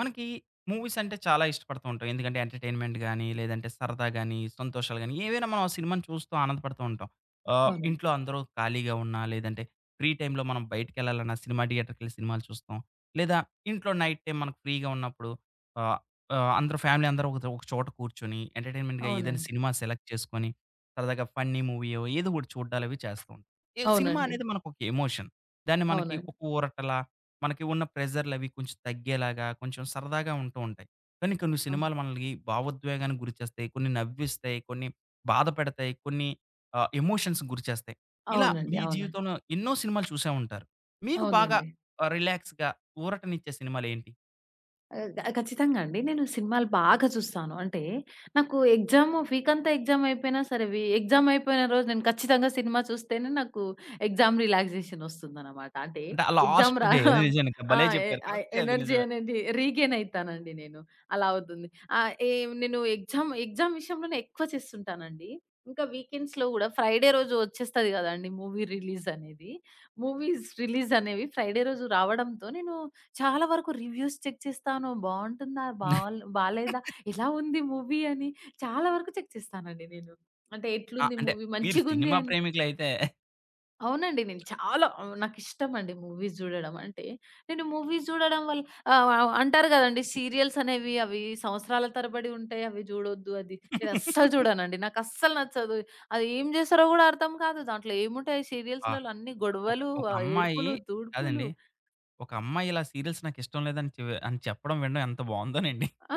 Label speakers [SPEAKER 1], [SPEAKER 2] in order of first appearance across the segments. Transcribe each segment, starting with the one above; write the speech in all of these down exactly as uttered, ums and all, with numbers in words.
[SPEAKER 1] మనకి మూవీస్ అంటే చాలా ఇష్టపడుతూ ఉంటాం. ఎందుకంటే ఎంటర్‌టైన్‌మెంట్ గాని, లేదంటే సరదా గాని, సంతోషాలు గాని, ఏవైనా మనం ఆ సినిమాని చూస్తూ ఆనందపడుతూ ఉంటాం. ఆహ్,
[SPEAKER 2] అవునండి.
[SPEAKER 1] ఇంట్లో అందరూ ఖాళీగా ఉన్నా, లేదంటే ఫ్రీ టైమ్‌లో మనం బయటికెళ్ళాలన్నా సినిమా థియేటర్‌కెళ్ళి సినిమాలు చూస్తాం. లేదా ఇంట్లో నైట్ టైమ్ మనకు ఫ్రీగా ఉన్నప్పుడు ఆహ్, ఆహ్, అందరూ ఫ్యామిలీ అందరూ ఒక ఒక చోట కూర్చొని ఎంటర్‌టైన్‌మెంట్‌గా ఏదైనా
[SPEAKER 2] అవునండి.
[SPEAKER 1] సినిమా సెలెక్ట్ చేసుకొని, సరదాగా ఫన్నీ మూవీయో ఏదో ఒకటి చూడ్డాలవి చేస్తూ ఉంటాం. ఈ సినిమా
[SPEAKER 2] అవునండి.
[SPEAKER 1] అనేది మనకొక ఎమోషన్. దాన్ని మనకి
[SPEAKER 2] అవునండి.
[SPEAKER 1] ఒక ఊరటల మనకి ఉన్న ప్రెషర్‌లవి కొంచెం తగ్గేలాగా, కొంచెం సరదాగా ఉంటూ ఉంటాయి. కానీ కొన్ని
[SPEAKER 2] అవును.
[SPEAKER 1] సినిమాలు మనల్ని భావోద్వేగానికి గురిచేస్తాయి. కొన్ని నవ్విస్తాయి, కొన్ని బాధపెడతాయి, కొన్ని ఆహ్, ఎమోషన్స్‌కి గురిచేస్తాయి. ఇలా
[SPEAKER 2] అవునండి.
[SPEAKER 1] మీ
[SPEAKER 2] అవునండి.
[SPEAKER 1] జీవితంలో ఎన్నో సినిమాలు చూసే ఉంటారు. మీకు బాగా
[SPEAKER 2] అవునండి.
[SPEAKER 1] ఆహ్, రిలాక్స్‌గా ఊరటనిచ్చే సినిమాలేంటి?
[SPEAKER 2] ఆహ్, గ ఖచ్చితంగా అండి. నేను సినిమాలు బాగా చూస్తాను. అంటే నాకు ఎగ్జామ్ వీకంతా ఎగ్జామ్ అయిపోయినా సరే, వి ఎగ్జామ్ అయిపోయిన రోజు నేను ఖచ్చితంగా సినిమా చూస్తేనే నాకు ఎగ్జామ్ రిలాక్సేషన్ వస్తుందనమాట. అంటే
[SPEAKER 1] అంటే ఆ లాస్ట్
[SPEAKER 2] ఎగ్జామ్ రా
[SPEAKER 1] డే అది నిజానికి
[SPEAKER 2] ఆ!
[SPEAKER 1] భలే
[SPEAKER 2] ఎ
[SPEAKER 1] చెప్పారు.
[SPEAKER 2] ఆ
[SPEAKER 1] కరెక్ట్‌గా అది
[SPEAKER 2] ఎనర్జీ
[SPEAKER 1] నిజమే.
[SPEAKER 2] అనేది రీగెయిన్ అయితానండి నేను. అలా అవుతుంది. ఆహ్, ఏ నేను ఎగ్జామ్ ఎగ్జామ్ విషయంలోనే ఎక్కువ చేస్తుంటానండి. ఇంకా వీకెండ్స్‌లో గూడా ఫ్రైడే రోజు వచ్చేస్తది గదండీ! మూవీ రిలీజ్ అనేది. మూవీస్ రిలీజ్ అనేవి ఫ్రైడే రోజు రావడంతో నేను చాలా వరకు రివ్యూస్ చెక్ చేస్తాను. బావుంటుందా? బాల్ బాలేదా? ఎలా ఉంది మూవీ అని చాలా వరకు చెక్ చేస్తానండి నేను. అంటే
[SPEAKER 1] ఆ!
[SPEAKER 2] ఎట్లుంది
[SPEAKER 1] అంటే
[SPEAKER 2] మూవీ
[SPEAKER 1] మీరు
[SPEAKER 2] మంచిగుంది
[SPEAKER 1] సినిమా
[SPEAKER 2] అని.
[SPEAKER 1] ప్రేమికులైతే.
[SPEAKER 2] అవునండి. నేను చాలా ఆహ్, నాకిష్టమండి మూవీస్ జూడడం అంటే. నేను మూవీస్ జూడడం వల్ల ఆహ్, ఆహ్, అంటారు గదండీ సీరియల్స్ అనేవి అవి సంవత్సరాల తరబడి ఉంటాయి. అవి జూడొద్దు అది. నేనస్సలు జూడనండి. నాకస్సలు నచ్చదు. అది ఏం జేస్తారో గూడా అర్థం కాదు. దాంట్లో ఏముంటాయి
[SPEAKER 1] ఆ!
[SPEAKER 2] సీరియల్స్‌లలో అన్ని
[SPEAKER 1] ఒక ఒక
[SPEAKER 2] గొడవలు,
[SPEAKER 1] ఒక
[SPEAKER 2] ఆహ్,
[SPEAKER 1] అమ్మాయి
[SPEAKER 2] ఏడుపులు, తుడుపులు.
[SPEAKER 1] కాదండి. ఒక అమ్మాయి ఇలా సీరియల్స్ నాకిష్టం లేదని చె అని చెప్పడం వినడం ఎంత బావుందోనండి.
[SPEAKER 2] ఆ!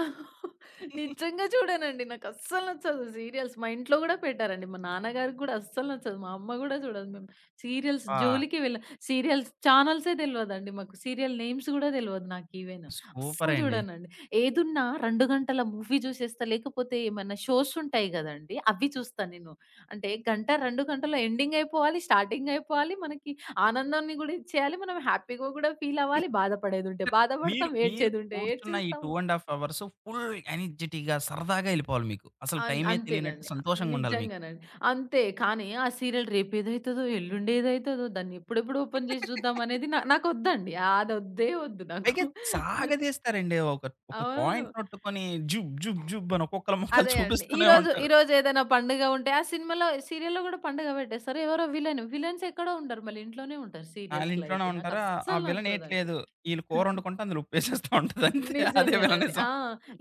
[SPEAKER 2] నిజంగా చూడనండి. నాకస్సలు నచ్చదు సీరియల్స్. మా ఇంట్లో గూడా పెట్టారండి. మా నాన్నగారికి గూడా అస్సలు నచ్చదు. మా అమ్మ గూడా చూడదు. మేము సీరియల్స్
[SPEAKER 1] ఆ!
[SPEAKER 2] జోలికి వెళ్ళం. సీరియల్స్ ఛానల్సే తెలవదండి మాకు. సీరియల్ నేమ్స్ గూడా తెలవదు నాకు ఈవెన్. అస్సలు
[SPEAKER 1] సూపరండి.
[SPEAKER 2] చూడనండి. ఏదున్నా రెండు గంటల మూవీ చూసేస్తా. లేకపోతే ఏమన్నా షోస్ ఉంటాయి గదండీ! అవి చూస్తా నేను. అంటే గంట, రెండు గంటలో ఎండింగ్ అయిపోవాలి, స్టార్టింగ్ అయిపోవాలి. మనకి ఆనందాన్ని గూడా ఇచ్చేయాలి. మనం హ్యాపీగా గూడా ఫీల్ అవ్వాలి. బాధపడేదుంటే
[SPEAKER 1] అంటే మీరు,
[SPEAKER 2] బాధపడతాం,
[SPEAKER 1] మీరు
[SPEAKER 2] ఏడ్చేదుంటే
[SPEAKER 1] కూర్చున్న ఈ
[SPEAKER 2] ఏడ్చేస్తాం.
[SPEAKER 1] రెండున్నర ½ అవర్స్ ఫుల్ ఎనర్జిటీగా సరదాగా ఎళ్ళిపోవాలి మీకు. అసలు
[SPEAKER 2] అన్
[SPEAKER 1] టైమే తెలియనట్టు
[SPEAKER 2] అంతేనండి.
[SPEAKER 1] సంతోషంగుండాలి మీకు.
[SPEAKER 2] నిజంగానండి. అంతే. కానీ ఆ సీరియల్ రేపేదైతదో, ఎల్లుండి ఏదైతదో, దాన్ని ఎప్పుడెప్పుడు ఓపెన్ జేసి చూద్దామనేది నా నాకొద్దండి. అదొద్దే వద్దు నాకు.
[SPEAKER 1] పైగా సాగదీస్తారండి. ఒక, ఒక
[SPEAKER 2] అవును.
[SPEAKER 1] పాయింట్ పట్టుకొని జుబ్, జుబ్, జుబ్ అని ఒక్కొక్కళ్ళ ముఖాలు
[SPEAKER 2] అదే అండి.
[SPEAKER 1] చూపిస్తూనే
[SPEAKER 2] ఈరోజు
[SPEAKER 1] ఉంటారు.
[SPEAKER 2] ఈరోజు ఏదైనా పండుగ ఉంటే ఆ సినిమాలో, సీరియల్‌లో గూడా పండుగ పెట్టేస్తారు. ఎవరో విలన్. విలన్స్ ఎక్కడో ఉంటారు. మళ్ళీ ఇంట్లోనే ఉంటారు సీరియల్స్‌లో
[SPEAKER 1] ఆళ్ళింట్లోనే
[SPEAKER 2] అయితే.
[SPEAKER 1] ఉంటారు. ఆ
[SPEAKER 2] నాకస్సలు నచ్చదండి.
[SPEAKER 1] విలనేయట్లేదు. ఈళ్ళు కూరొండుకుంటే అందులో ఉప్పేసేస్తా ఉంటది అంతే. అదే
[SPEAKER 2] నిజంగానండి.
[SPEAKER 1] విలనిజం.
[SPEAKER 2] ఆ!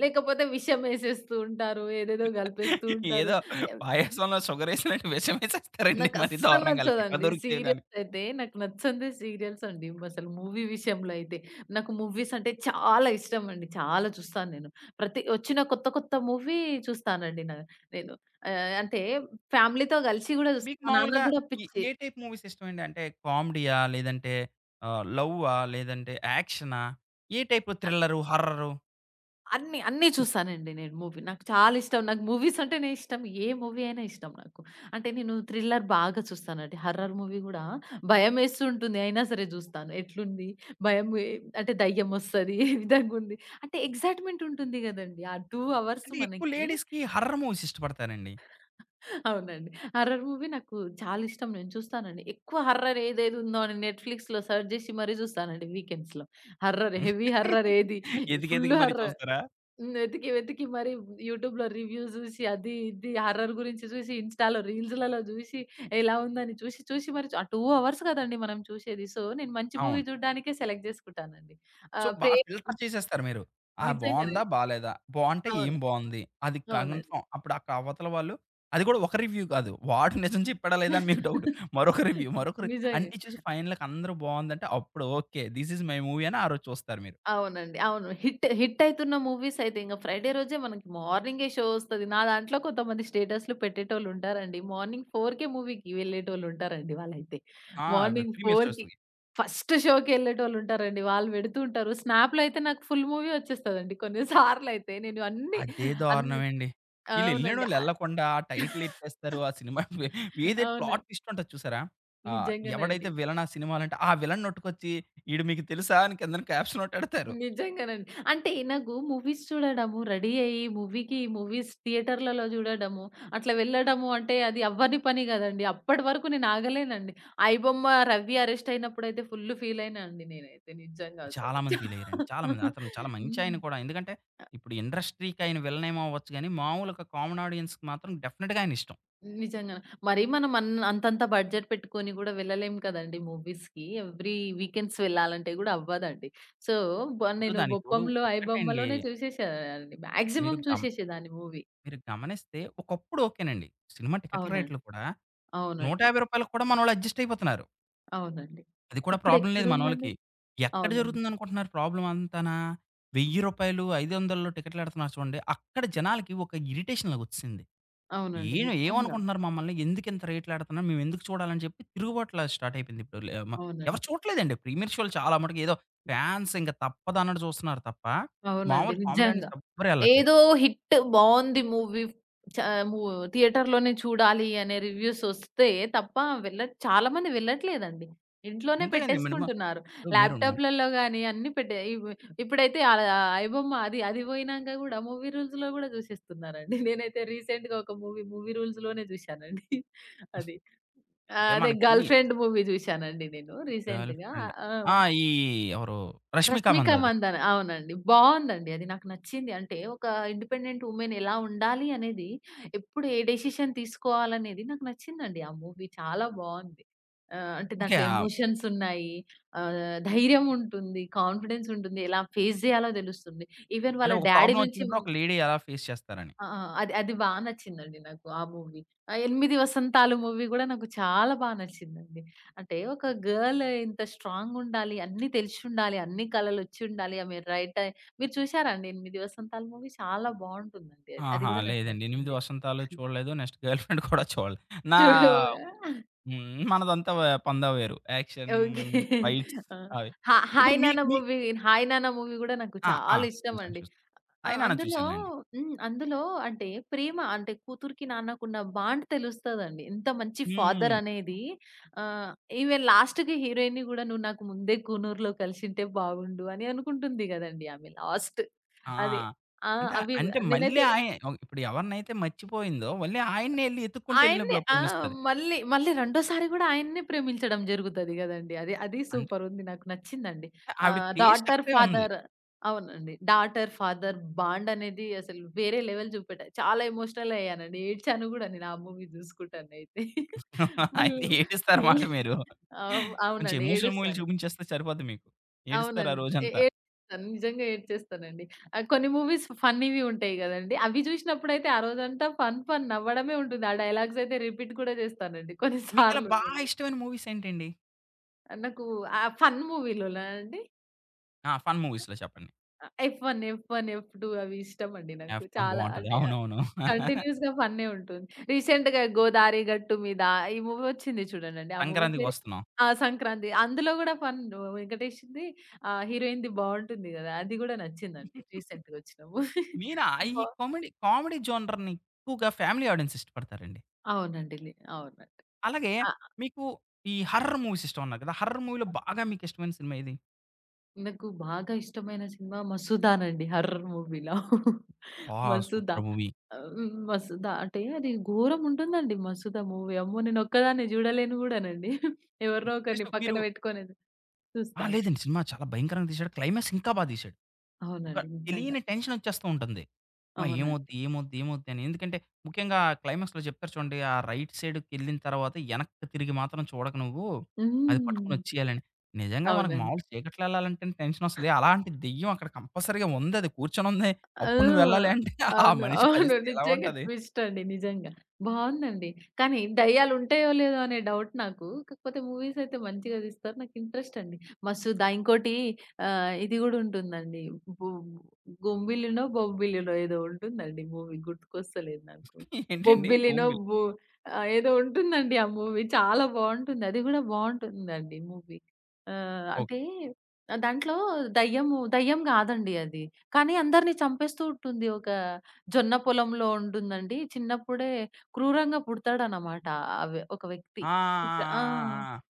[SPEAKER 2] లేకపోతే విషమేసేస్తూ ఉంటారు. ఏదేదో గలిపేస్తూ ఉంటారు.
[SPEAKER 1] ఏదో పాయసంలో షుగరేసినట్టు విషమేసేస్తారండి మరి
[SPEAKER 2] నాకస్సలు
[SPEAKER 1] దారుణంగా. ఆళ్ళకెక్కడ
[SPEAKER 2] నచ్చదండి.
[SPEAKER 1] దొరుకుతాయో గాని.
[SPEAKER 2] సీరియల్స్ అయితే నాకు నచ్చందే సీరియల్స్ అండి. అసలు మూవీ విషయంలో అయితే. నాకు మూవీస్ అంటే చాలా ఇష్టం అండి. చాలా చూస్తాను నేను. ప్రతి వచ్చిన కొత్త కొత్త మూవీ చూస్తానండి న నేను. ఆహ్, అంటే ఫ్యామిలీతో కలిసి గూడా చూస్తా.
[SPEAKER 1] మీకు
[SPEAKER 2] మా
[SPEAKER 1] మామూలుగా
[SPEAKER 2] నాన్నకి గూడా
[SPEAKER 1] ఈ
[SPEAKER 2] పిచ్చి.
[SPEAKER 1] ఏ టైప్ మూవీస్ ఇష్టమండి? అంటే కామెడీయా? లేదంటే ఆహ్, లవ్వా? లేదంటే యాక్షనా? ఏ టైపు థ్రిల్లరు, హారరు?
[SPEAKER 2] అన్ని, అన్నీ చూసానండి నేను మూవీ. నాకు చాలా ఇష్టం. నాకు మూవీస్ అంటేనే ఇష్టం. ఏ మూవీ అయినా ఇష్టం నాకు. అంటే నేను థ్రిల్లర్ బాగా చూస్తానండి. హర్రర్ మూవీ గూడా భయమేస్తూ ఉంటుంది. అయినా సరే జూస్తాను. ఎట్లుంది? భయం ఎ అంటే దయ్యం ఒస్తది. ఏ విధంగా ఉంది? అంటే ఎక్సైట్‌మెంట్ ఉంటుంది గదండీ! ఆ రెండు అవర్స్
[SPEAKER 1] అంటే ఎక్కువ
[SPEAKER 2] మనకి
[SPEAKER 1] లేడీస్‌కి హారర్ మూవీస్ ఇష్టపడతారండి.
[SPEAKER 2] అవునండి. హర్రర్ మూవీ నాకు చాలా ఇష్టం. నేను చూస్తానండి. ఎక్కువ హర్రర్ ఏదేది ఉందో అని నెట్‌ఫ్లిక్స్‌లో సెర్చ్ జేసి మరీ జూస్తానండి వీకెండ్స్‌లో. హర్రర్, హెవీ హర్రర్ ఏది? ఫుల్
[SPEAKER 1] ఎతికెతికి మరి
[SPEAKER 2] హర్రర్.
[SPEAKER 1] చూస్తారా?
[SPEAKER 2] హ్మ్. వెతికి, వెతికి మరి యూట్యూబ్‌లో రివ్యూస్ జూసి, అది ఇది హారర్ గురించి జూసి, ఇన్‌స్టాలో రీల్స్‌లలో జూసి, ఎలా ఉందని చూసి, చూసి మరి ఆ రెండు అవర్స్ కదండీ మనం చూసేది. సో, నేను మంచి మూవీ
[SPEAKER 1] అవును.
[SPEAKER 2] చూడ్డానికే సెలెక్ట్ జేసుకుంటానండి.
[SPEAKER 1] సో,
[SPEAKER 2] ఆహ్,
[SPEAKER 1] బా
[SPEAKER 2] ప్రే
[SPEAKER 1] ఫిల్టర్ చేసేస్తారు మీరు. ఆ! బావుందా?
[SPEAKER 2] నిజంగానండి.
[SPEAKER 1] బాలేదా? బావుంటే ఏం
[SPEAKER 2] అవును.
[SPEAKER 1] బావుంది? అది
[SPEAKER 2] అవునండి.
[SPEAKER 1] కన్ఫర్మ్. అప్పుడు అక్కడ అవతల వాళ్ళు అది కూడా ఒక రివ్యూ కాదు. వాడు నిజం చెప్పాడా లేదా అని మీకు డౌట్. మరొక రివ్యూ, మరొక రి
[SPEAKER 2] నిజంగా.
[SPEAKER 1] అన్నీ చూసి ఫైనల్‌గా అందరూ బావుందంటే అప్పుడు okay. This is my movie అని ఆ రోజు చూస్తారు మీరు.
[SPEAKER 2] అవునండి. అవును. హిట్ హిట్ అయితున్న మూవీస్ అయితే ఇంగ ఫ్రైడే రోజే మనకి మార్నింగే షో ఒస్తది. నా దాంట్లో కొంతమంది స్టేటస్‌లు పెట్టేటోళ్ళుంటారండి. మార్నింగ్ 4:00కే మూవీకి వెళ్ళేటోళ్ళుంటారండి వాళ్ళైతే.
[SPEAKER 1] ఆ!
[SPEAKER 2] మార్నింగ్
[SPEAKER 1] ప్రీమియర్
[SPEAKER 2] 4:00కి
[SPEAKER 1] షోస్‌కి.
[SPEAKER 2] ఫస్ట్ షోకెళ్ళేటోళ్ళుంటారండి. వాళ్ళు పెడుతూ ఉంటారు. స్నాప్‌లో అయితే నాకు ఫుల్ మూవీ ఒచ్చేస్తదండి. కొన్ని సార్లయితే నేను అన్ని
[SPEAKER 1] అదే దారుణం
[SPEAKER 2] అన్ని
[SPEAKER 1] అండి.
[SPEAKER 2] అవునండి.
[SPEAKER 1] ఈళ్ళెళ్ళినోళ్ళు ఎళ్ళకుండా ఆ టైటిల్ ఎట్టేస్తారు. ఆ సినిమా
[SPEAKER 2] ఆహ్
[SPEAKER 1] ఏదైతే
[SPEAKER 2] అవునండి.
[SPEAKER 1] ప్లాట్ ట్విస్ట్ ఉంటది చూసారా? ఆహ్, ఎవడైతే
[SPEAKER 2] నిజంగానండి.
[SPEAKER 1] విలన్ ఆ సినిమాలంటే ఆ విలన్ నెట్టుకొచ్చి ఈడు మీకు తెలుసా? అని కిందన క్యాప్షన్ ఒకటి ఎడతారు.
[SPEAKER 2] నిజంగానండి. అంటే నాకు మూవీస్ చూడడము, రెడీ అయ్యి మూవీకి మూవీస్ థియేటర్‌లలో చూడడము, అట్లా వెళ్ళడము అంటే అది అవ్వని పని కదండీ. అప్పటి వరకు నేను ఆగలేనండి. 'ఐబొమ్మ' రవి అరెస్ట్ అయినప్పుడైతే ఫుల్ ఫీల్ అయినా అండి నేనైతే నిజంగా
[SPEAKER 1] చాలా
[SPEAKER 2] అసలు.
[SPEAKER 1] మంది ఫీలయ్యారండి. చాలా మంది. అతను చాలా మంచాయన
[SPEAKER 2] హ్మ్.
[SPEAKER 1] కూడా. ఎందుకంటే, ఇప్పుడు ఇండస్ట్రీకి ఆయన విలన్ ఏమో అవ్వచ్చు గానీ, మామూలుగా కామన్ ఆడియన్స్‌కి మాత్రం డెఫినెట్‌గా ఆయన ఇష్టం.
[SPEAKER 2] నిజంగా. మరి మనం అన్ అంతంత బడ్జెట్ పెట్టుకొని కూడా వెళ్ళలేం కదండీ మూవీస్‌కి. ఎవ్రీ వీకెండ్స్ వెళ్ళాలంటే కూడా అవ్వదండి. సో, బ
[SPEAKER 1] ఇప్పుడు
[SPEAKER 2] నేను
[SPEAKER 1] దానికి తోడు
[SPEAKER 2] 'బొప్పంలో',
[SPEAKER 1] ఒక్కటండి
[SPEAKER 2] 'ఐబొమ్మలోనే' చూసేసేదాన్ని.
[SPEAKER 1] మీరు
[SPEAKER 2] మాక్సిమం
[SPEAKER 1] గమ
[SPEAKER 2] చూసేసేదాన్ని మూవీ.
[SPEAKER 1] మీరు గమనిస్తే ఒకప్పుడు ఓకేనండి. సినిమా టికెట్ల రేట్లు
[SPEAKER 2] అవునండి.
[SPEAKER 1] కూడా రూ.
[SPEAKER 2] అవునండి.
[SPEAKER 1] 150కి కూడా మనోళ్ళు అడ్జస్ట్ అయిపోతున్నారు.
[SPEAKER 2] అవునండి.
[SPEAKER 1] అది కూడా ప్రాబ్లమ్ లేదు మనోళ్ళకి.
[SPEAKER 2] ఇప్పుడెక్కడుందండి?
[SPEAKER 1] ఎక్కడ
[SPEAKER 2] అవునండి.
[SPEAKER 1] జరుగుతుందనుకుంటున్నారు ప్రాబ్లమ్ అంతానా? రూ. వెయ్యి, 500లో టికెట్లేడతన్నారు చూడండి. అక్కడ జనాలకి ఒక ఇరిటేషన్ లాగొచ్చేసింది.
[SPEAKER 2] అవునండి.
[SPEAKER 1] ఏం
[SPEAKER 2] నిజంగా.
[SPEAKER 1] ఏమనుకుంటున్నారు మమ్మల్ని? ఎందుకింత రేట్లేడతన్నారు? మేమెందుకు చూడాలని చెప్పి తిరుగుబాట్ల స్టార్ట్ అయిపోయింది ఇప్పుడు. లే మ ఎవరు
[SPEAKER 2] అవునండి.
[SPEAKER 1] చూడట్లేదండి. ప్రీమియర్ షోలు చాలా మటుకు ఏదో ఫ్యాన్స్ ఇంక తప్పదన్నట్టు చూస్తున్నారు తప్ప,
[SPEAKER 2] అవునండి.
[SPEAKER 1] మామూలు కామెడీయన్స్
[SPEAKER 2] నిజంగా.
[SPEAKER 1] ఎవ్వరు ఎళ్ళట్లేదు.
[SPEAKER 2] ఏదో హిట్ బావుంది మూవీ చ ము థియేటర్‌లోనే చూడాలి అనే రివ్యూస్ ఒస్తే తప్ప వెళ్ళ చాలా మంది వెళ్ళట్లేదండి. ఇంట్లోనే
[SPEAKER 1] అంతే కదండీ! మినిమమ్
[SPEAKER 2] పెట్టేసుకుంటున్నారు.
[SPEAKER 1] ఇప్పుడు మీరు ను
[SPEAKER 2] ల్యాప్‌టాప్‌లలో గాని అన్నీ పెట్టే ఇవ్ ఇప్పుడైతే ఆహ్, ఐబొమ్మ అది అది పోయినంక గూడా మూవీ రూల్స్‌లో గూడా చూసేస్తున్నారండి. నేనైతే రీసెంట్‌గా ఒక మూవీ మూవీ రూల్స్‌లోనే చూశానండి. అది. ఆ!
[SPEAKER 1] అంటే
[SPEAKER 2] అదే
[SPEAKER 1] మనకి
[SPEAKER 2] 'గర్ల్ ఫ్రెండ్' మూవీ చూశానండి నేను
[SPEAKER 1] గర్ల్
[SPEAKER 2] రీసెంట్‌గా.
[SPEAKER 1] ఫ్రెండ్
[SPEAKER 2] ఆ!
[SPEAKER 1] ఆ! ఈ ఎవరు 'రష్మిక
[SPEAKER 2] 'రష్మిక
[SPEAKER 1] మందాది.'
[SPEAKER 2] మందన' అవునండి. బావుందండి అది నాకు నచ్చింది. అంటే ఒక ఇండిపెండెంట్ వుమెన్ ఎలా ఉండాలి అనేది, ఎప్పుడు ఏ డెసిషన్ తీసుకోవాలనేది నాకు నచ్చిందండి ఆ మూవీ. చాలా బావుంది. ఆహ్, అంటే
[SPEAKER 1] ఓకే.
[SPEAKER 2] దాంట్లో
[SPEAKER 1] ఆ!
[SPEAKER 2] ఎమోషన్స్ ఉన్నాయి. ఆహ్, ధైర్యం ఉంటుంది. కాన్ఫిడెన్స్ ఉంటుంది. ఎలా ఫేస్ జేయాలో తెలుస్తుంది. ఈవెన్
[SPEAKER 1] అంటే
[SPEAKER 2] వాళ్ళ
[SPEAKER 1] ఒక
[SPEAKER 2] డ్యాడీ
[SPEAKER 1] ప్రాబ్లమ్
[SPEAKER 2] నుంచి
[SPEAKER 1] వచ్చినప్పుడు ఒక లేడీ ఎలా ఫేస్ చేస్తారని.
[SPEAKER 2] ఆ! ఆ! అది అది బా నచ్చిందండి నాకు ఆ మూవీ. ఆ 'ఎనిమిది వసంతాలు' మూవీ గూడా నాకు చాలా బా నచ్చిందండి. అంటే ఒక గర్ల్ ఇంత స్ట్రాంగుండాలి, అన్నీ తెలిసుండాలి, అన్ని కళలొచ్చుండాలి, ఆమె రైట్ అయి మీరు చూసారా అండి 'ఎనిమిది వసంతాలు' మూవీ? చాలా బావుంటుందండి అది. అది
[SPEAKER 1] ఆహా!
[SPEAKER 2] గూడా నాకు
[SPEAKER 1] లేదండి. 'ఎనిమిది
[SPEAKER 2] నచ్చింది.
[SPEAKER 1] వసంతాలు' చూడలేదు. నెక్స్ట్ 'గర్ల్ ఫ్రెండ్' కూడా చూడలేదు. నా
[SPEAKER 2] చూడు
[SPEAKER 1] హ్మ్. మనదంతా వ పందా వేరు. Action,
[SPEAKER 2] okay.
[SPEAKER 1] ఫైట్స్
[SPEAKER 2] ఆ!
[SPEAKER 1] అవి.
[SPEAKER 2] హా
[SPEAKER 1] ఇప్పుడు
[SPEAKER 2] 'హాయ్
[SPEAKER 1] మీ
[SPEAKER 2] నాన్న'
[SPEAKER 1] మీ
[SPEAKER 2] మూవీ 'హాయ్ నాన్న' మూవీ గూడా నాకు
[SPEAKER 1] ఆ! ఆ!
[SPEAKER 2] చాలా
[SPEAKER 1] చూసాను.
[SPEAKER 2] ఇష్టమండి.
[SPEAKER 1] చూసాను.
[SPEAKER 2] ఆ!
[SPEAKER 1] ఆయననా
[SPEAKER 2] అందులో
[SPEAKER 1] చూసానులెండి.
[SPEAKER 2] హ్మ్. అందులో అంటే ప్రేమ అంటే కూతురికి, నాన్నకున్న బాండ్ తెలుస్తదండి. ఎంత మంచి
[SPEAKER 1] హ్మ్.
[SPEAKER 2] ఫాదర్ అనేది ఆహ్, ఈవెన్ లాస్ట్‌కి హీరోయిన్‌ని గూడా "నువ్వు నాకు ముందే కూనూరులో కలిసుంటే బాగుండు" అని అనుకుంటుంది గదండీ ఆమె లాస్ట్.
[SPEAKER 1] ఆ!
[SPEAKER 2] అది ఆ!
[SPEAKER 1] అంటే,
[SPEAKER 2] అవి
[SPEAKER 1] అంటే మళ్ళీ
[SPEAKER 2] నేనైతే
[SPEAKER 1] ఆయ ఓహ్! ఇప్పుడు ఎవరినైతే మర్చిపోయిందో మళ్ళీ ఆయన్నే ఎళ్లి ఎతుక్కుంటూ
[SPEAKER 2] ఆయన్ని
[SPEAKER 1] ఎళ్ళినప్పుడు
[SPEAKER 2] ఆ!
[SPEAKER 1] ప్రేమిస్తది.
[SPEAKER 2] మళ్ళీ, మళ్ళీ రెండోసారి గూడా ఆయన్నే ప్రేమించడం జరుగుతది గదండీ. అది అది
[SPEAKER 1] అంటే
[SPEAKER 2] సూపరుంది. నాకు నచ్చిందండి.
[SPEAKER 1] ఆవిడ
[SPEAKER 2] ఆహ్,
[SPEAKER 1] టేస్ట్
[SPEAKER 2] డాటర్,
[SPEAKER 1] అక్కడే ఉంది.
[SPEAKER 2] ఫాదర్ అవునండి. డాటర్, ఫాదర్ బాండ్ అనేది అసలు వేరే లెవెల్ చూపెట్ట చాలా ఎమోషనల్ అయ్యానండి. ఏడ్చాను గూడా నేను ఆ మూవీ జూసుకుంటానైతే. ఫుల్,
[SPEAKER 1] అయితే ఏడుస్తారు
[SPEAKER 2] ఫుల్
[SPEAKER 1] మాట మీరు.
[SPEAKER 2] అవు
[SPEAKER 1] కొంచెం
[SPEAKER 2] అవునండి.
[SPEAKER 1] ఎమోషనల్ మూవీలు
[SPEAKER 2] ఏడుస్తాను.
[SPEAKER 1] చూపించేస్తే సరిపోద్ది మీకు. ఏడుస్తారు ఆ
[SPEAKER 2] అవునండి. ఏ
[SPEAKER 1] రోజంతా.
[SPEAKER 2] ఏడ్చేస్తాను. నిజంగా ఏడ్చేస్తానండి. ఆహ్, కొన్ని మూవీస్ ఫన్నీవి ఉంటాయి గదండీ! అవి జూసినప్పుడైతే ఆ రోజంతా ఫన్ ఫన్ నవ్వడమే ఉంటుంది. ఆ డైలాగ్స్ అయితే రిపీట్ కూడా జేస్తానండి కొన్ని
[SPEAKER 1] మీకలా
[SPEAKER 2] సార్లు
[SPEAKER 1] బా
[SPEAKER 2] నేను.
[SPEAKER 1] ఇష్టమైన మూవీస్ ఏంటండి?
[SPEAKER 2] ఆ నాకు ఆ ఫన్ మూవీలోనా అండి?
[SPEAKER 1] ఆ! ఫన్ మూవీస్‌లో చెప్పండి.
[SPEAKER 2] ఆ! ఎఫ్-వన్, ఎఫ్-వన్, ఎఫ్-టు అవి ఇష్టమండి నాకు.
[SPEAKER 1] ఎఫ్ వన్
[SPEAKER 2] చాలా
[SPEAKER 1] బావుంటది.
[SPEAKER 2] అంటే ఆహ్,
[SPEAKER 1] అవునవును.
[SPEAKER 2] కంటిన్యూయస్‌గా ఫన్నే ఉంటుంది. రీసెంట్‌గా 'గోదారి గట్టు మీద' ఈ మూవీ వచ్చింది చూడండండి. ఆ మూవీ
[SPEAKER 1] సంక్రాంతికి
[SPEAKER 2] పేరు
[SPEAKER 1] వస్తున్నాం.
[SPEAKER 2] ఆ! 'సంక్రాంతి' అందులో గూడా ఫన్ వెంకటేష్‌ది ఆహ్, హీరోయిన్‌ది బావుంటుంది గదా! అది గూడా నచ్చిందండి రీసెంట్‌గా వచ్చిన మూవీ.
[SPEAKER 1] మీనా ఆహ్, ఈ
[SPEAKER 2] బా
[SPEAKER 1] కామెడీ, కామెడీ జోనర్‌ని ఎక్కువగా ఫ్యామిలీ ఆడియన్స్ ఇష్టపడతారండి.
[SPEAKER 2] అవునండి. లే అవునండి.
[SPEAKER 1] అలాగే
[SPEAKER 2] ఆ!
[SPEAKER 1] మీకు ఈ హారర్ మూవీస్ ఇష్టం అన్నారు కదా! హారర్ మూవీలో బాగా మీకు ఇష్టమైన సినిమా ఏది?
[SPEAKER 2] నాకు బాగా ఇష్టమైన సినిమా 'మసూదా'నండి హర్రర్ మూవీలో.
[SPEAKER 1] ఆ!
[SPEAKER 2] మసూదా.
[SPEAKER 1] Super movie.
[SPEAKER 2] ఆహ్, హ్మ్. మసూదా అంటే అది ఘోరముంటుందండి మసూదా మూవీ. అమ్మో! నేనొక్కదాన్ని జూడలేను గూడానండి.
[SPEAKER 1] హ్మ్.
[SPEAKER 2] ఎవరినో ఒకరిని
[SPEAKER 1] నెక్స్ట్
[SPEAKER 2] పక్కన
[SPEAKER 1] మీరు
[SPEAKER 2] బెట్టుకొని
[SPEAKER 1] ఆ!
[SPEAKER 2] చూస్తాను.
[SPEAKER 1] లేదండి సినిమా చాలా భయంకరంగా తీశాడు. క్లైమాక్స్ ఇంకా బా తీశాడు. ఒక
[SPEAKER 2] అవునండి. నిజంగా.
[SPEAKER 1] తెలియని టెన్షనొచ్చేస్తూ ఉంటుంది. అమ్మా! ఏమవుద్ది?
[SPEAKER 2] అవునండి.
[SPEAKER 1] ఏమవుద్ది? ఏమవుద్ది? అని. ఎందుకంటే ముఖ్యంగా క్లైమాక్స్‌లో చెప్తారు చూడండి. ఆ రైట్ సైడ్‌కెళ్ళిన తర్వాత ఎనక్కి తిరిగి మాత్రం చూడకు నువ్వు. అది
[SPEAKER 2] హ్మ్.
[SPEAKER 1] పట్టుకొనొచ్చేయాలని. నిజంగా మనకు
[SPEAKER 2] అవునండి.
[SPEAKER 1] మామూలు చీకట్లో వెళ్ళాలంటేనే టెన్షనొస్తది. అలాంటి దెయ్యం అక్కడ కంపల్సరీగా ఉందది. కూర్చొనుంది. అప్పుడు నువ్వు వెళ్ళాలి
[SPEAKER 2] ఆ!
[SPEAKER 1] అంటే ఆ
[SPEAKER 2] అవును.
[SPEAKER 1] మనిషి
[SPEAKER 2] అవును.
[SPEAKER 1] పరిస్థితి ఎలా
[SPEAKER 2] నిజంగా
[SPEAKER 1] ఉంటది?
[SPEAKER 2] ట్విస్ట్ అండి. నిజంగా. బావుందండి. కానీ దయ్యాలుంటాయో లేదో అనే డౌట్ నాకు. కాకపోతే మూవీస్ అయితే మంచిగా తీస్తారు. నాకు ఇంట్రెస్ట్ అండి. మస్తుదా ఇంకోటి ఆహ్, ఇది గూడా ఉంటుందండి. బు గుంబిలినో, బొబ్బిలినో ఏదో ఉంటుందండి మూవీ గుర్తుకొస్తలేదు నాకు.
[SPEAKER 1] ఏంటండి?
[SPEAKER 2] బొబ్బిలినో
[SPEAKER 1] భూమిబిల్
[SPEAKER 2] బు ఆహ్, ఏదో ఉంటుందండి ఆ మూవీ. చాలా బావుంటుంది. అది గూడా బావుంటుందండి మూవీ. ఆహ్,
[SPEAKER 1] ఓకే.
[SPEAKER 2] అంటే దాంట్లో దయ్యము దయ్యం గాదండి అది. కానీ అందరిని చంపేస్తూ ఉంటుంది. ఒక జొన్న పొలంలో ఉంటుందండి. చిన్నప్పుడే క్రూరంగా పుడతాడనమాట. అవి ఒక వ్యక్తి.
[SPEAKER 1] ఆ! ఆ!
[SPEAKER 2] పుట్ట ఆ!
[SPEAKER 1] ఆ! ఆ! ఆ!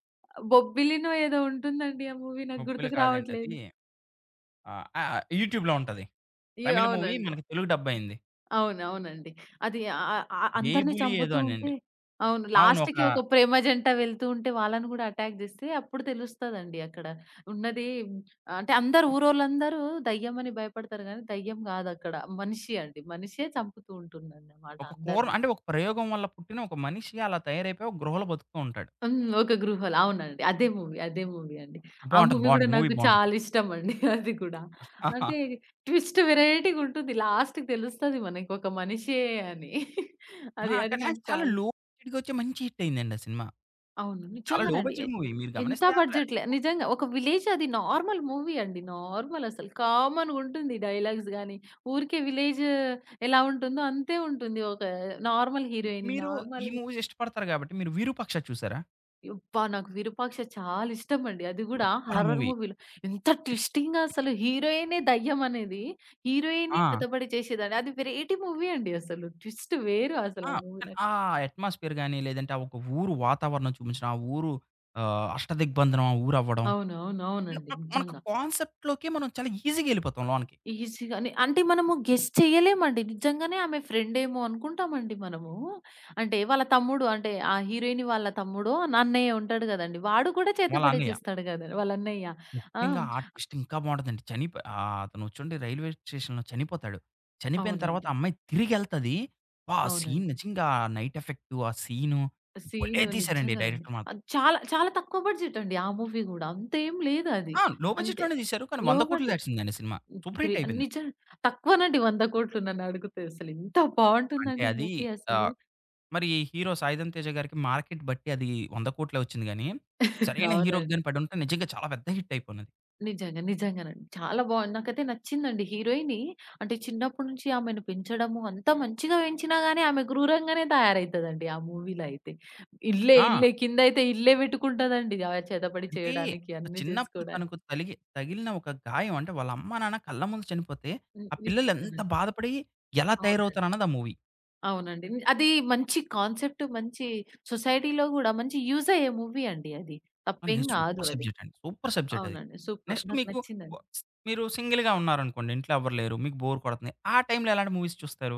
[SPEAKER 2] బొబ్బిలినో ఏదో ఉంటుందండి ఆ మూవీ నాకు
[SPEAKER 1] బొబ్బిలి
[SPEAKER 2] గుర్తుకు
[SPEAKER 1] కాదండి అది.
[SPEAKER 2] రావట్లేదు.
[SPEAKER 1] ఆహ్, ఆ! యూట్యూబ్‌లో ఉంటది.
[SPEAKER 2] ఈ
[SPEAKER 1] తమిళ్ మూవీ
[SPEAKER 2] అవునండి.
[SPEAKER 1] మనకి తెలుగు డబ్ అయింది.
[SPEAKER 2] అవును. అవునండి. అది ఆహ్, ఆహ్, అందరిని
[SPEAKER 1] 'బేబులి' ఏదో
[SPEAKER 2] చంపుతూ ఉంటే
[SPEAKER 1] అనండి.
[SPEAKER 2] అవును.
[SPEAKER 1] అవును. ఒక
[SPEAKER 2] లాస్ట్‌కి ఒక ప్రేమ జంట వెళ్తూ ఉంటే వాళ్ళని కూడా అటాక్ చేస్తే అప్పుడు తెలుస్తదండి అక్కడ. ఉన్నది ఉమ్, అంటే అందరూ ఊరోళ్ళందరూ దయ్యమని భయపడతారు గానీ, దయ్యం కాదక్కడ. మనిషి అండి. మనిషే చంపుతూ ఉంటుందన్నమాట
[SPEAKER 1] ఒక క్రూరం
[SPEAKER 2] అందరిని.
[SPEAKER 1] అంటే ఒక ప్రయోగం వల్ల పుట్టిన ఒక మనిషి అలా తయారైపోయి ఒక గృహలో బతుకుతూ ఉంటాడు.
[SPEAKER 2] హ్మ్. ఒక గృహలో అవునండి. అదే మూవీ. అదే మూవీ అండి. ఆ
[SPEAKER 1] బావుంటది.
[SPEAKER 2] మూవీ కూడా
[SPEAKER 1] బావుంటది. మూవీ
[SPEAKER 2] నాకు
[SPEAKER 1] బావుంటది.
[SPEAKER 2] చాలా ఇష్టం అండి. అది కూడా. అంటే ట్విస్ట్ వెరైటీ‌గుంటుంది. లాస్ట్‌కి తెలుస్తది మనకి ఒక మనిషే అని. అది
[SPEAKER 1] ఆ!
[SPEAKER 2] అది
[SPEAKER 1] కానీ అది
[SPEAKER 2] నాకు
[SPEAKER 1] చాలా
[SPEAKER 2] చాలా
[SPEAKER 1] లో
[SPEAKER 2] ఇష్టం.
[SPEAKER 1] బడ్జెట్‌గా వచ్చి మంచి హిట్ అయిందండి ఆ సినిమా.
[SPEAKER 2] అవును.
[SPEAKER 1] చాలా లో
[SPEAKER 2] నిజంగానండి. A
[SPEAKER 1] budget movie. మీరు
[SPEAKER 2] ఎంత
[SPEAKER 1] గమనిస్తే అందులో
[SPEAKER 2] బడ్జెట్‌లే నిజంగా. ఒక విలేజ్ అది నార్మల్ మూవీ అండి. నార్మల్ అసలు కామన్‌గుంటుంది డైలాగ్స్ గాని, ఊరికే విలేజ్ ఎలా ఉంటుందో అంతే ఉంటుంది. ఒక నార్మల్ హీరోయిన్,
[SPEAKER 1] మీరు ఈ
[SPEAKER 2] నార్మల్
[SPEAKER 1] మూవీస్ ఇష్టపడతారు కాబట్టి మీరు 'విరూపాక్ష' చూసారా?
[SPEAKER 2] అబ్బా! నాకు 'విరూపాక్ష' చాలా ఇష్టమండి. అది గూడా
[SPEAKER 1] సూపర్
[SPEAKER 2] హారర్
[SPEAKER 1] మూవీ.
[SPEAKER 2] మూవీలో. ఎంత ట్విస్టింగ్‌గా అసలు హీరోయినే దయ్యం అనేది,
[SPEAKER 1] ఆ!
[SPEAKER 2] హీరోయినే చేతబడి చేసేదని అది వెరైటీ మూవీ అండి అసలు. ట్విస్ట్ వేరు అసలు
[SPEAKER 1] ఆ!
[SPEAKER 2] ఆ
[SPEAKER 1] కానీ
[SPEAKER 2] మూవీ.
[SPEAKER 1] ఆ అట్మాస్ఫియర్ గాని, లేదంటే ఆ ఒక ఊరు వాతావరణం చూపించడం, ఆ ఊరు ఆహ్, అష్టదిగ్బంధనం ఆ ఊరవ్వడం.
[SPEAKER 2] అవునవునవునండి.
[SPEAKER 1] మనకు
[SPEAKER 2] నిజంగా.
[SPEAKER 1] కాన్సెప్ట్‌లోకి మనం చాలా ఈజీగా ఎళ్ళిపోతాం లోనకి.
[SPEAKER 2] ఈజీగానే అంటే మనము గెస్ చేయలేమండి. నిజంగానే ఆమె ఫ్రెండేమో అనుకుంటామండి మనము. అంటే వాళ్ళ తమ్ముడు అంటే ఆ హీరోయిన్ వాళ్ళ తమ్ముడో, అన్నయ్య ఉంటాడు గదండీ! వాడు కూడా చేత
[SPEAKER 1] వాళ్ళ అన్నయ్య
[SPEAKER 2] పడేసేస్తాడు గదా! వాళ్ళ అన్నయ్య. ఆ!
[SPEAKER 1] ముఖ్యంగా ఆ ట్విస్ట్ ఇంకా బావుంటదండి. చనిపో ఆహ్, అతను చూడండి రైల్వే స్టేషన్‌లో చనిపోతాడు. చనిపోయిన తర్వాత
[SPEAKER 2] అవునండి.
[SPEAKER 1] ఆ అమ్మాయి తిరిగెళ్తది. అబ్బా! ఆ సీన్
[SPEAKER 2] అవునండి.
[SPEAKER 1] నిజంగా నైట్ ఎఫెక్టు ఆ సీను భలే
[SPEAKER 2] సీను
[SPEAKER 1] తీశారండి
[SPEAKER 2] నిజంగానండి.
[SPEAKER 1] డైరెక్టర్ మాత్రం.
[SPEAKER 2] అది చాలా చాలా తక్కువ బడ్జెట్ అండి ఆ మూవీ గూడా. అంతేం లేదు అది.
[SPEAKER 1] ఆ! లో
[SPEAKER 2] అంతే.
[SPEAKER 1] బడ్జెట్‌లోనే తీశారు. కానీ
[SPEAKER 2] లో
[SPEAKER 1] వంద కోట్లు
[SPEAKER 2] బడ్జెట్.
[SPEAKER 1] దాటిసిందండి సినిమా. సూపర్
[SPEAKER 2] గ్రే
[SPEAKER 1] హిట్ అయిపోయింది.
[SPEAKER 2] నిజం తక్కువనండి వంద కోట్లు నన్ను అడుగుతే అసలు ఎంత
[SPEAKER 1] అంటే
[SPEAKER 2] బావుంటుందండి
[SPEAKER 1] అది
[SPEAKER 2] మూవీ అసలు.
[SPEAKER 1] ఆహ్, మరి హీరో 'సాయిధం తేజ' గారికి మార్కెట్ బట్టి అది వంద కోట్లు వచ్చింది గానీ, సరైన హీరోకి
[SPEAKER 2] అవునండి.
[SPEAKER 1] గాని పడుంటే నిజంగా చాలా పెద్ద హిట్ అయిపోనుది.
[SPEAKER 2] నిజంగా. నిజంగానండి. చాలా బావుంది. నాకైతే నచ్చిందండి హీరోయిని అంటే చిన్నప్పటి నుంచి ఆమెను పెంచడము అంతా మంచిగా పెంచినా గాని ఆమె క్రూరంగానే తయారైతదండి ఆ మూవీలో అయితే. ఇల్లే,
[SPEAKER 1] ఆ!
[SPEAKER 2] ఇల్లే కిందయితే ఇల్లే పెట్టుకుంటదండి ఆమె చేతబడి
[SPEAKER 1] అంటే
[SPEAKER 2] చేయడానికి, అన్నీ
[SPEAKER 1] చిన్నప్పుడు
[SPEAKER 2] చేసుకోడానికి.
[SPEAKER 1] తనకు తలిగి తగిలిన ఒక గాయం అంటే వాళ్ళ అమ్మ-నాన్న కళ్ళ ముందు చనిపోతే,
[SPEAKER 2] హ్మ్.
[SPEAKER 1] ఆ పిల్లలు ఎంత
[SPEAKER 2] నిజంగానండి.
[SPEAKER 1] బాధపడి ఎలా
[SPEAKER 2] అవునండి.
[SPEAKER 1] తయారవుతారన్నది ఆ మూవీ.
[SPEAKER 2] అవునండి. ని- అది మంచి కాన్సెప్ట్, మంచి సొసైటీలో గూడా మంచి యూజ్ అయ్యే మూవీ అండి అది.
[SPEAKER 1] మళ్ళీ
[SPEAKER 2] తప్పేం గాదు
[SPEAKER 1] సూపర్
[SPEAKER 2] అది.
[SPEAKER 1] సబ్జెక్ట్ అండి. సూపర్ సబ్జెక్ట్ అది.
[SPEAKER 2] అవునండి. సూపర్.
[SPEAKER 1] నెక్స్ట్
[SPEAKER 2] నాకు
[SPEAKER 1] మీకు వ
[SPEAKER 2] నచ్చిందండి.
[SPEAKER 1] మీరు సింగిల్‌గా ఉన్నారనుకోండి. ఇంట్లో ఎవరు లేరు. మీకు బోర్ కొడుతుంది. ఆ టైంలో ఎలాంటి మూవీస్ చూస్తారు?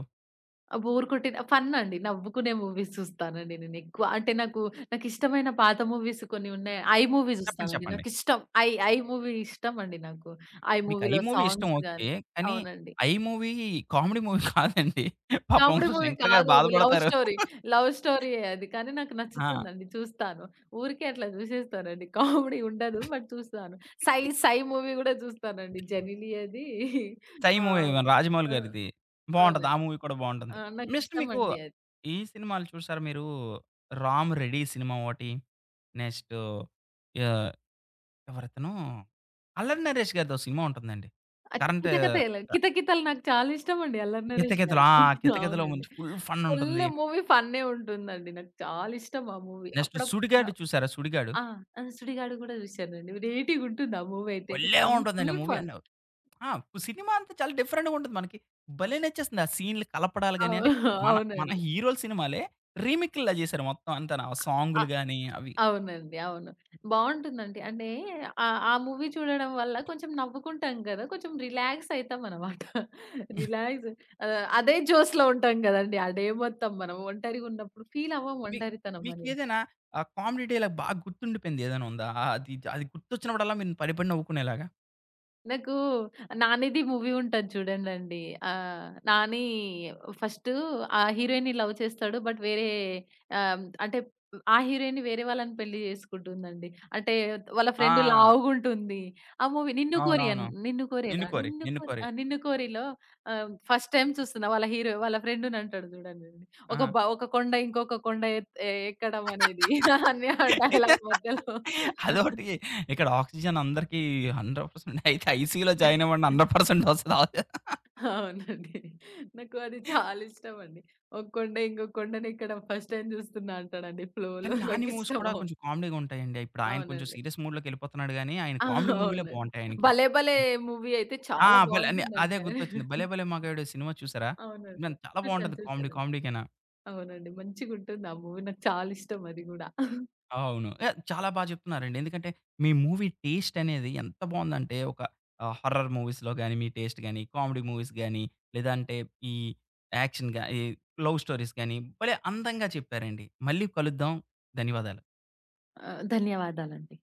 [SPEAKER 2] బోర్ కొట్టిన ఫన్ అండి. నవ్వుకునే మూవీస్ చూస్తానండి నేనెక్కువ. అంటే నాకు, నాకిష్టమైన పాత మూవీస్ కొన్ని ఉన్నాయి. 'ఐ' మూవీ
[SPEAKER 1] చెప్పండి.
[SPEAKER 2] చూస్తానండి.
[SPEAKER 1] చెప్పండి.
[SPEAKER 2] నాకిష్టం. 'ఐ' 'ఐ' మూవీ ఇష్టమండి నాకు. 'ఐ'
[SPEAKER 1] మీకు 'ఐ'
[SPEAKER 2] మూవీలో
[SPEAKER 1] మూవీ ఇష్టం
[SPEAKER 2] సాంగ్స్
[SPEAKER 1] ఓకే.
[SPEAKER 2] గాని
[SPEAKER 1] కానీ
[SPEAKER 2] అవునండి.
[SPEAKER 1] 'ఐ' మూవీ కామెడీ మూవీ కాదండి. పాపం
[SPEAKER 2] కామెడీ మూవీ
[SPEAKER 1] శంకర్ గారు
[SPEAKER 2] కాదు. లవ్
[SPEAKER 1] బాధపడతారు.
[SPEAKER 2] స్టోరీ. లవ్ స్టోరీయే అది. కానీ నాకు
[SPEAKER 1] ఆ!
[SPEAKER 2] నచ్చుతుందండి. చూస్తాను. ఊరికే అట్లా చూసేస్తానండి. కామెడీ ఉండదు. బట్ చూస్తాను. 'సై సై' మూవీ గూడా చూస్తానండి. 'జనిలీ' అది.
[SPEAKER 1] 'సై'
[SPEAKER 2] ఆ!
[SPEAKER 1] మూవీ మన రాజమౌళి
[SPEAKER 2] ఆ!
[SPEAKER 1] గారిది. బావుంటది. ఆ
[SPEAKER 2] అవునండి.
[SPEAKER 1] మూవీ కూడా
[SPEAKER 2] ఆ!
[SPEAKER 1] బావుంటుంది. నెక్స్ట్ మీకు
[SPEAKER 2] నాకిష్టమండి అది.
[SPEAKER 1] ఈ సినిమాలు చూసారా మీరు? 'రామ్ రెడీ' సినిమా ఒకటి. నెక్స్ట్ ఆహ్, ఎవరతను 'అల్లరి నరేష్' గారిదో సినిమా ఉంటుందండి.
[SPEAKER 2] అది
[SPEAKER 1] కరెంట్
[SPEAKER 2] 'కితకథలు', 'కితకితలు' నాకు చాలా ఇష్టమండి 'అల్లరి నరేష్'
[SPEAKER 1] కితకితలు ఆ!
[SPEAKER 2] గారిది.
[SPEAKER 1] 'కితకితలో'
[SPEAKER 2] అవునండి.
[SPEAKER 1] మంచి ఫుల్ ఫన్
[SPEAKER 2] ఫుల్
[SPEAKER 1] ఉంటుంది.
[SPEAKER 2] మూవీ ఫన్నే ఉంటుందండి. నాకు చాలా ఇష్టం ఆ మూవీ.
[SPEAKER 1] నెక్స్ట్
[SPEAKER 2] అప్పుడప్పుడు న
[SPEAKER 1] 'సుడిగాడు' చూసారా 'సుడిగాడు'?
[SPEAKER 2] ఆ! ఆ! 'సుడిగాడు' గూడా చూశానండి. రేటిగుంటుంది ఆ మూవీ అయితే.
[SPEAKER 1] భలే!
[SPEAKER 2] ఫన్
[SPEAKER 1] ఉంటుందండి ఆ
[SPEAKER 2] ఫుల్
[SPEAKER 1] మూవీ.
[SPEAKER 2] ఫన్.
[SPEAKER 1] ఆ! సినిమా అంతా చాలా డిఫరెంట్‌గా ఉంటది మనకి. భలే నచ్చేస్తుంది. ఆ సీన్‌లు కలపడాలు గాని,
[SPEAKER 2] అవు
[SPEAKER 1] అంటే మన మన
[SPEAKER 2] అవునండి.
[SPEAKER 1] హీరోల సినిమాలే రీమేక్‌ల్లా జేశారు మొత్తం అంతాను. ఆ
[SPEAKER 2] అ
[SPEAKER 1] సాంగులు గాని అవి.
[SPEAKER 2] అవునండి. అవును. బావుంటుందండి. అంటే ఆహ్, ఆ మూవీ చూడడం వల్ల కొంచెం నవ్వుకుంటాం గదా! కొంచెం రిలాక్స్ అయితామనమాట. రిలాక్స్ ఆహ్, అదే జోస్‌లో ఉంటాం గదండీ! ఆ డే మొత్తం మనం ఒంటరిగున్నప్పుడు ఫీల్ అవ్వం
[SPEAKER 1] మీ
[SPEAKER 2] ఒంటరితనం అనేది.
[SPEAKER 1] మీకేదైనా ఆహ్, కామెడీ డైలాగ్ బాగా గుర్తుండిపోయింది ఏదైనా ఉందా? ఆహ్, అది అది గుర్తొచ్చినప్పుడల్లా మీరు పడిపడి నవ్వుకునేలాగా?
[SPEAKER 2] నాకు 'నానిది' మూవీ ఉంటది చూడండండి. ఆహ్, 'నాని' ఫస్టు ఆ హీరోయిన్‌ని లవ్ చేస్తాడు. బట్ వేరే ఆహ్, అంటే ఆ హీరోయిన్ వేరే వాళ్ళని పెళ్లి చేసుకుంటుందండి. అంటే వాళ్ళ ఫ్రెండ్
[SPEAKER 1] ఆ!
[SPEAKER 2] లావుగుంటుంది. ఆ మూవీ 'నిన్ను కోరి' అన్
[SPEAKER 1] అవునవును.
[SPEAKER 2] 'నిన్ను
[SPEAKER 1] 'నిన్ను
[SPEAKER 2] కోరేనా?
[SPEAKER 1] కోరి',
[SPEAKER 2] 'నిన్ను
[SPEAKER 1] 'నిన్ను
[SPEAKER 2] కోరి'
[SPEAKER 1] కోరి'.
[SPEAKER 2] ఆ 'నిన్ను కోరి'లో ఆహ్, ఫస్ట్ టైమ్ చూస్తున్నా వాళ్ళ హీరో వాళ్ళ ఫ్రెండుని అంటాడు చూడండండి. ఒక
[SPEAKER 1] ఆ!
[SPEAKER 2] బ ఒక కొండ ఇంకొక కొండ ఎత్ ఎ ఎక్కడం అనేది అని ఆ డైలాగ్ మధ్యలో
[SPEAKER 1] అదోటి ఇక్కడ ఆక్సిజన్ అందరికీ వంద శాతం అయితే ఐసీయూలో జాయిన్ అవ్వండి వంద శాతం వస్తది.
[SPEAKER 2] అవునండి. నాకు అది చాలా ఇష్టమండి. ఒక కొండ, ఇంకో కొండని ఇక్కడ ఫస్ట్ టైమ్ చూస్తున్నా అంటాడండి
[SPEAKER 1] కానీ
[SPEAKER 2] ఫ్లోలో.
[SPEAKER 1] 'నాని' మూవీస్
[SPEAKER 2] నాకిష్టం.
[SPEAKER 1] కూడా
[SPEAKER 2] అవ్
[SPEAKER 1] కొంచెం కామెడీగా ఉంటాయండి. ఇప్పుడు ఆయన కొంచెం
[SPEAKER 2] అవునండి.
[SPEAKER 1] సీరియస్ మూడ్‌లోకి ఎళ్ళిపోతున్నాడు గానీ, ఆయన
[SPEAKER 2] ఆ!
[SPEAKER 1] కామెడీ మూవీలే
[SPEAKER 2] అవునండి.
[SPEAKER 1] బావుంటాయి ఆయనకి.
[SPEAKER 2] 'భలే భలే' మూవీ అయితే
[SPEAKER 1] ఆ!
[SPEAKER 2] చాలా
[SPEAKER 1] భలే అని అదే
[SPEAKER 2] బావుంటుందండి.
[SPEAKER 1] గుర్తొచ్చింది. 'భలే భలే మగాడు' సినిమా చూసారా? సినిమా
[SPEAKER 2] అవునండి.
[SPEAKER 1] చాలా
[SPEAKER 2] చూసాను.
[SPEAKER 1] బావుంటది కామెడీ
[SPEAKER 2] చూసాను.
[SPEAKER 1] కామెడీగాన.
[SPEAKER 2] అవునండి. మంచిగుంటుంది ఆ మూవీ. నాకు చాలా ఇష్టం అది గూడా.
[SPEAKER 1] అవును. ఏ చాలా బా చెప్తున్నారండి. ఎందుకంటే మీ మూవీ టేస్ట్ అనేది ఎంత బావుందంటే ఒక ఆహ్, హారర్ మూవీస్‌లో గాని మీ టేస్ట్ గాని, కామెడీ మూవీస్ గాని, లేదంటే ఈ యాక్షన్ గా ఈ లవ్ స్టోరీస్ గాని భలే అందంగా చెప్పారండి. మళ్ళీ కలుద్దాం. ధన్యవాదాలు.
[SPEAKER 2] ఆ! ధన్యవాదాలండి.